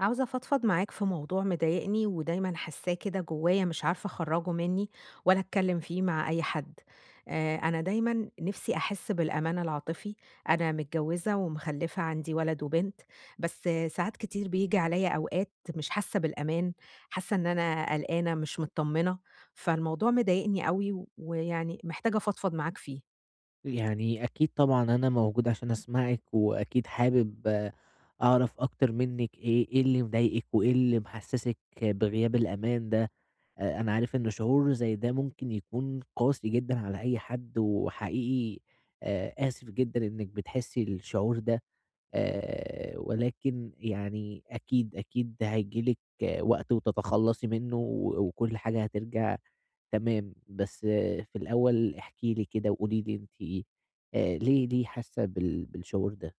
عاوزة أفضفض معاك في موضوع مضايقني ودايمًا حاساه كده جوايا مش عارفة أخرّجه منّي ولا أتكلّم فيه مع أي حد. أنا دايمًا نِفْسي أحِس بالأمان العاطفي، أنا متجوّزة ومخلّفة عندي ولد وبنت، بس آه، ساعات كتير بييجي عليّا أوقات مش حاسّة بالأمان، حاسّة إن أنا قلقانة، مش متطمّنة، فالموضوع مضايقني أوي ويعني محتاجة أفضفض معاك فيه. يعني أكيد طبعًا أنا موجود عشان أسمعِك، وأكيد حابب أعرف أكتر منِّك إيه اللي مضايقِك، وإيه اللي محسسِك بغياب الأمان ده. أنا عارف إن شعور زي ده ممكن يكون قاسي جدًا على أي حد، وحقيقي آسف جدًا إنِّك بتحسي الشعور ده. ولكن يعني أكيد هييجي لِك وقت وتتخلصي منه، و وكل حاجة هترجع تمام. بس في الأول احكي لي كده وقولي لي أنتِ ليه حاسة بالشعور ده؟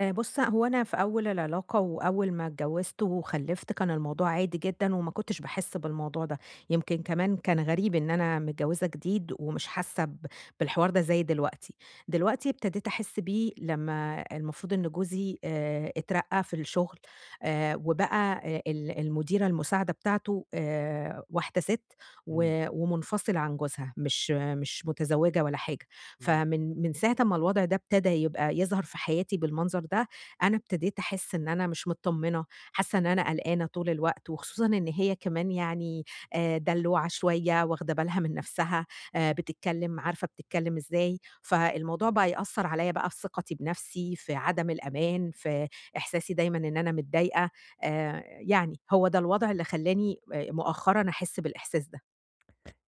بُص، هو أنا في أول العلاقة وأول ما اتجوّزت وخلّفت كان الموضوع عادي جدًا وما كنتش باحس بالموضوع ده، يمكن كمان كان غريب إن أنا متجوّزة جديد ومش حاسة بالحوار ده زي دلوقتي. دلوقتي ابتديت أحس بيه لمّا المفروض إن جوزي اترقّى في الشغل وبقى ال المديرة المساعدة بتاعته واحدة سِت ومنفصلة عن جوزها، مش متزوّجة ولا حاجة. إمم. فمن ساعة أمّا الوضع ده ابتدى يبقى يظهر في حياتي بالمنظر ده، أنا ابتديت أحس إن أنا مش متطمنة، حاسة إن أنا قلقانة طول الوقت، وخصوصًا إن هي كمان يعني دلوعة شوية، واخدة بالها من نفسها، بتتكلم عارفة بتتكلم إزاي، فالموضوع بقى يأثّر عليَّ بقى في ثقتي بنفسي، في عدم الأمان، في إحساسي دايمًا إن أنا متضايقة، يعني هو ده الوضع اللي خلّاني مؤخرًا أحس بالإحساس ده.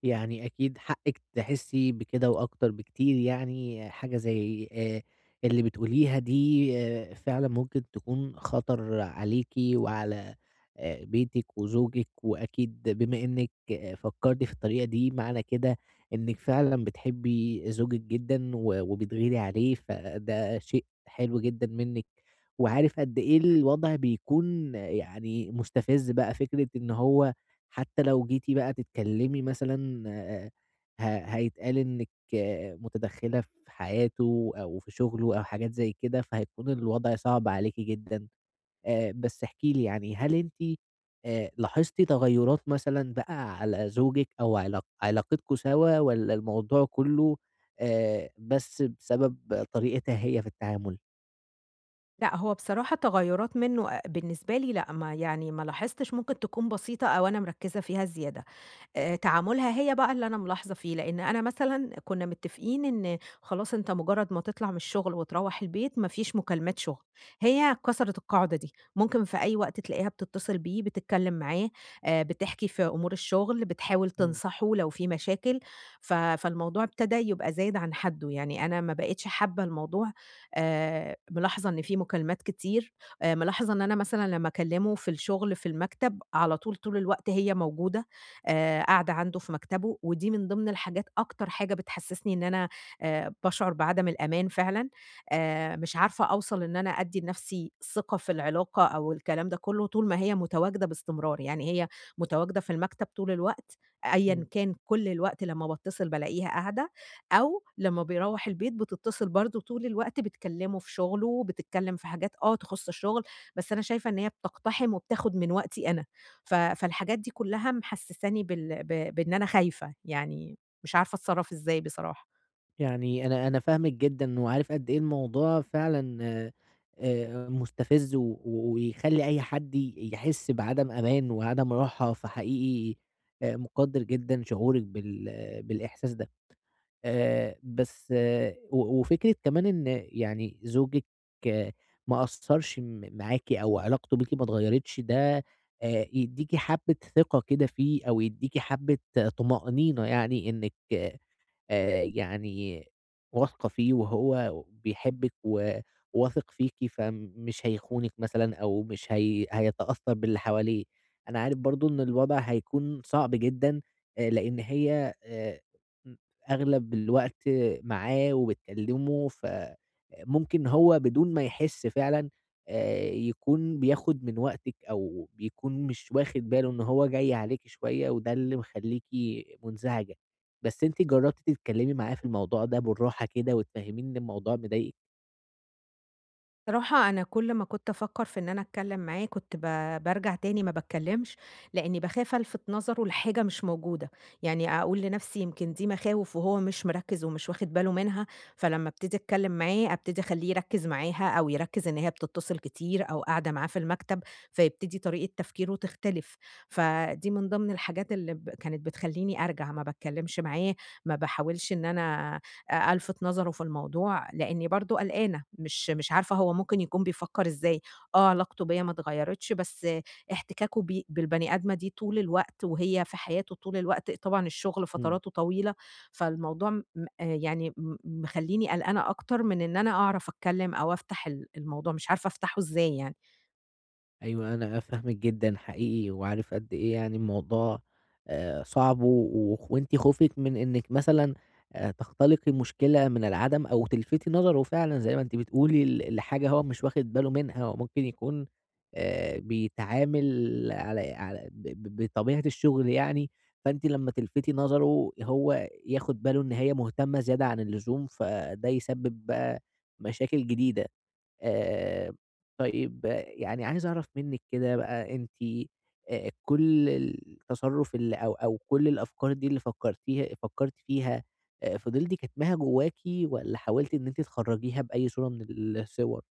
يعني أكيد حقِّك تحسّي بكده وأكتر بكتير، يعني حاجة زي اللي بتقوليها دي فعلًا ممكن تكون خطر عليكِ وعلى بيتِك وزوجِك، وأكيد بما إنِّك فكّرتِ في الطريقة دي معنى كده إنِّك فعلًا بتحبّي زوجِك جدًا و وبتغيري عليه، فده شيء حلو جدًا منِّك. وعارف قد إيه الوضع بيكون، يعني مستفِز بقى، فكرة إن هو حتى لو جيتِ بقى تتكلمي مثلًا، ه هيتقال إنِّك متدخّلة في حياته أو في شغله أو حاجات زي كده، فهيكون الوضع صعب عليكِ جدًا. بس احكِ لي، يعني هل أنتِ لاحظتِ تغيُّرات مثلًا بقى على زوجِك أو علاقتكم سوا، والّا الموضوع كُلّه بس بسبب طريقتها هي في التعامل؟ لأ، هو بصراحة تغيُّرات منّه بالنسبة لي لأ، ما يعني ما لاحظتش ممكن تكون بسيطة أو أنا مركّزة فيها زيادة. تعاملها هي بقى اللي أنا ملاحظة فيه، لإن أنا مثلًا كنا متفقين إن خلاص أنت مجرد ما تطلع من الشغل وتروّح البيت ما فيش مكالمات شغل، هي كسرت القاعدة دي، ممكن في أي وقت تلاقيها بتتصل بيه، بتتكلم معاه، بتحكي في أمور الشغل، بتحاول إمم، تنصحه لو في مشاكل، فالموضوع ابتدى يبقى زايد عن حده، يعني أنا ما بقيتش حابة الموضوع، ملاحظة إن في مكالمات كتير، ملاحظة إن أنا مثلًا لمّا أكلمه في الشغل في المكتب على طول، طول الوقت هي موجودة. قاعدة عنده في مكتبه، ودي من ضمن الحاجات أكتر حاجة بتحسسني إن أنا باشعر بعدم الأمان فعلًا، مش عارفة أوصل إن أنا أدّي لنفسي ثقة في العلاقة أو الكلام ده كله طول ما هي متواجدة باستمرار، يعني هي متواجدة في المكتب طول الوقت، إمم. أيًا كان كل الوقت لمّا باتصل بالاقيها قاعدة، أو لمّا بيروّح البيت بتتصل برضه طول الوقت بتكلمه في شغله، بتتكلم في حاجات آه تخص الشغل، بس أنا شايفة إن هي بتقتحم وبتاخد من وقتي أنا. فالحاجات دي كلّها محسّساني بال ب بإن أنا خايفة، يعني مش عارفة أتصرّف إزاي بصراحة. يعني أنا فاهمِك جدًا، وعارف قد إيه الموضوع فعلًا مستفز، و و- ويخلّي أي حد يحس بعدم أمان وعدم راحة، فحقيقي مقدّر جدًا شعورِك بالإحساس ده. بس و وفكرة كمان إن يعني زوجِك آه، ما قصّرش معاكِ أو علاقته بيكِ ما اتغيّرتش، ده يدّيكِ حبّة ثقة كده فيه، أو يدّيكِ حبّة طمأنينة، يعني إنِّك يعني واثقة فيه وهو بيحبِّك و وواثق فيكِ، فمش هيخونِك مثلًا أو مش هيتأثّر باللي حواليه. أنا عارف برضه إن الوضع هيكون صعب جدًا، لإن هي م أغلب الوقت معاه وبتكلِّمه، فممكن هو بدون ما يحِس فعلًا يكون بياخُد من وقتِك، أو بيكون مش واخِد باله إن هو جاي عليكِ شوية وده اللي مخلّيكِ مُنزعجة. بس أنتِ جرّبتِ تتكلّمي معاه في الموضوع ده بالراحة كده وتفهّميه إن الموضوع مضايقِك؟ صراحة أنا كل ما كنت أفكّر في إن أنا أتكلّم معاه كنت بارجع تاني ما باتكلّمش، لإنّي باخاف ألفِت نظره لحاجة مش موجودة، يعني أقول لنَفْسي يمكن دي مخاوف وهو مش مركّز ومش واخد باله منها، فلمّا ابتدي أتكلّم معاه أبتدي أخلّيه يركّز معاها أو يركّز إن هي بتتصل كتير أو قاعدة معاه في المكتب، فيبتدي طريقة تفكيره تختلف، فدي من ضمن الحاجات اللي كانت بتخلّيني أرجع ما باتكلّمش معاه، ما باحاولش إن أنا ألفِت نظره في الموضوع، لإني برضه قلقانة، مش عارفة هو ممكن يكون بيفكّر إزاي، آه علاقته بيّا ما اتغيّرتش، بس آه، احتكاكه بالبني آدمة دي طول الوقت وهي في حياته طول الوقت، طبعًا الشغل إمم. فتراته طويلة، فالموضوع م آه، يعني مخلّيني قلقانة أكتر من إن أنا أعرف أتكلّم أو أفتح ال الموضوع، مش عارفة أفتحه إزاي يعني. أيوه، أنا فاهمِك جدًا حقيقي، وعارف قد إيه يعني الموضوع صعب، و وخ وأنتِ خوفِك من إنِّك مثلًا تختلقي مشكلة من العدم، أو تلفتي نظره فعلًا زي ما أنتِ بتقولي لحاجة هو مش واخد باله منها، وممكن يكون بيتعامل على على ب ب بطبيعة الشغل يعني، فأنتِ لمّا تلفتي نظره هو ياخد باله إن هي مهتمة زيادة عن اللزوم، فده يسبب بقى مشاكل جديدة. آآ طيب يعني عايز أعرف منِّك كده بقى، أنتِ كل التصرُّف اللي، أو كل الأفكار دي اللي فكّرتِ فيها، فضلتِ كاتماها جواكِ، والّا حاولتِ إن أنتِ تخرّجيها بأي صورة من الصور؟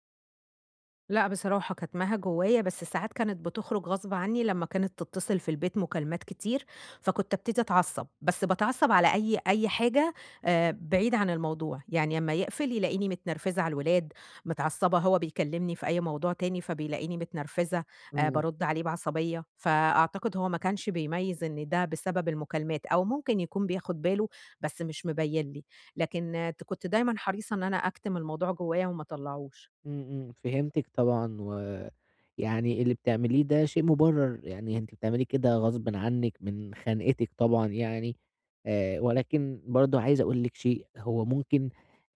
لأ، بصراحة كاتماها جوايا، بس ساعات كانت بتخرج غصب عني لمّا كانت تتصل في البيت مكالمات كتير، فكنت ابتدي أتعصب، بس باتعصب على أي حاجة بعيد عن الموضوع، يعني أمّا يقفل يلاقيني متنرفزة على الولاد، متعصبة، هو بيكلمني في أي موضوع تاني فبيلاقيني متنرفزة، إمم، بارُد عليه بعصبية، فأعتقد هو ما كانش بيميّز إن ده بسبب المكالمات، أو ممكن يكون بياخد باله بس مش مبيّن لي، لكن كنت دايمًا حريصة إن أنا أكتم الموضوع جوايا وما اطلّعوش. إمم، إمم. فهمتِك طبعًا، ويعني اللي بتعمليه ده شيء مُبرّر، يعني أنتِ بتعمليه كده غصبٍ عنِّك من خانقتِك طبعًا، يعني ولكن برضه عايز أقول لِك شيء. هو ممكن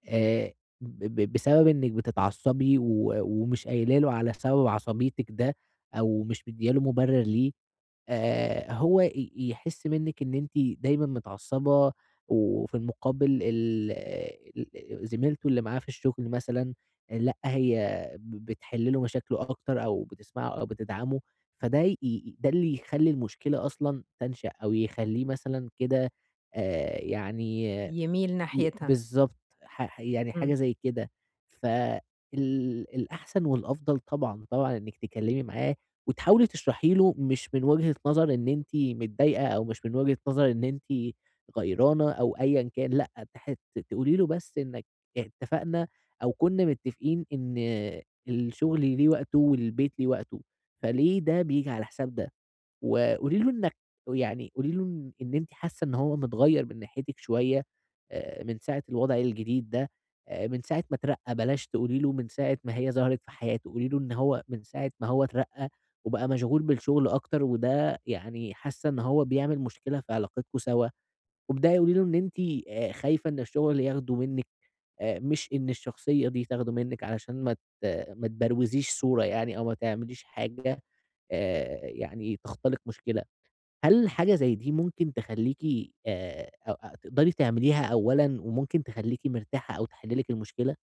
آآ ب ب بسبب إنِّك بتتعصّبي و ومش قايله له على سبب عصبيتِك ده، أو مش مدّية له مُبرِّر ليه، هو يحِس منِّك إن أنتِ دايمًا متعصّبة، وفي المُقابل ال زميلته اللي معاه في الشُغل مثلًا، لأ، هي بتحِل له مشاكله أكتر أو بتسمعه أو بتدعمه، فده ي ي ده اللي يخلّي المشكلة أصلًا تنشأ، أو يخلّيه مثلًا كده يعني يميل ناحيتها، بالضبط، يعني حاجة إمم. زي كده. فال الأحسن والأفضل طبعًا إنِّك تتكلّمي معاه وتحاولي تشرحي له، مش من وجهة نظر إن أنتِ متضايقة أو مش من وجهة نظر إن أنتِ غيرانة أو أيًا كان، لأ، تقولي له بس إنّك اتفقنا أو كُنّا متّفقين إن الشغل ليه وقته والبيت ليه وقته، فليه ده بييجي على حساب ده؟ وقولي له إنك يعني قولي له إن أنتِ حاسة إن هو متغيّر من ناحيتِك شوية، من ساعة الوضع الجديد ده، من ساعة ما اترقّى. بلاش تقولي له من ساعة ما هي ظهرِت في حياته، قولي له إن هو من ساعة ما هو اترقّى وبقى مشغول بالشغل أكتر، وده يعني حاسة إن هو بيعمل مشكلة في علاقتكم سوا، وابدئي قولي له إن أنتِ خايفة إن الشغل ياخده منِّك، مش إن الشخصية دي تاخده منِّك، علشان ما تبروزيش صورة يعني، أو ما تعمليش حاجة يعني تختلق مشكلة. هل حاجة زي دي ممكن تخلّيكِ أو تقدري تعمليها أولًا، وممكن تخلّيكِ مرتاحة أو تحل لِك المشكلة؟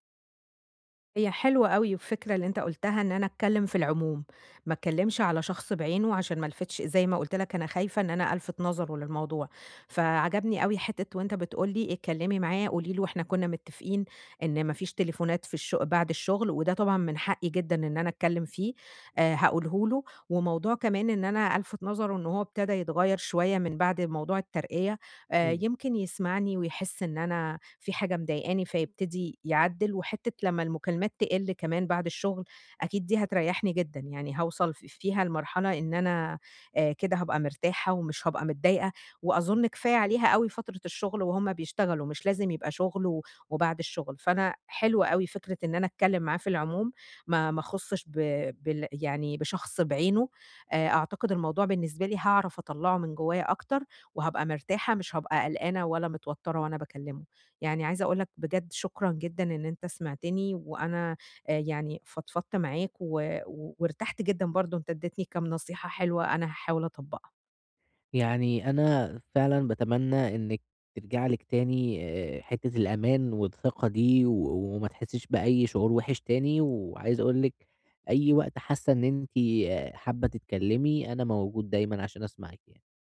هي حلوة أوي الفكرة اللي أنت قُلتها إن أنا أتكلّم في العموم، ما أتكلّمش على شخص بعينه عشان ما ألفتش زي ما قُلت لك أنا خايفة إن أنا ألفت نظره للموضوع، فعجبني أوي حتّة وأنت بتقول لي اتكلّمي معاه قولي له إحنا كُنّا متّفقين إن ما فيش تليفونات في الش بعد الشغل، وده طبعًا من حقّي جدًا إن أنا أتكلّم فيه، هاقوله له، وموضوع كمان إن أنا ألفت نظره إن هو ابتدى يتغيّر شوية من بعد موضوع الترقية، إمم. يمكن يسمعني ويحس إن أنا في حاجة مضايقاني فيبتدي يعدِّل، وحتّة لمّا المكالمات تقِل كمان بعد الشغل، أكيد دي هتريّحني جدًا، يعني هاوصل فيها لمرحلة إن أنا كده هابقى مرتاحة ومش هابقى متضايقة، وأظُن كفاية عليها أوي فترة الشغل وهُم بيشتغلوا، مش لازم يبقى شغل وبعد الشغل، فأنا حلوة أوي فكرة إن أنا أتكلّم معاه في العموم، ما أخُصّش ب بال يعني بشخص بعينه، أعتقد الموضوع بالنسبة لي هاعرف أطلّعه من جوّايا أكتر وهابقى مرتاحة، مش هابقى قلقانة ولا متوتّرة وأنا باكلّمه. يعني عايزة أقول لك بجد شكرًا جدًا إن أنت سمعتني وأنا يعني فضفضت معاك وارتحت جدًا برضه، أنت ادّيتني كام نصيحة حلوة أنا هاحاول أطبّقها. يعني أنا فعلًا باتمنى إنِّك ترجع لِك تاني حتّة الأمان والثقة دي، و وما تحسّيش بأي شعور وِحِش تاني، وعايز أقول لِك أي وقت حاسّة إن أنتِ حابّة تتكلّمي أنا موجود دايمًا عشان أسمعِك يعني.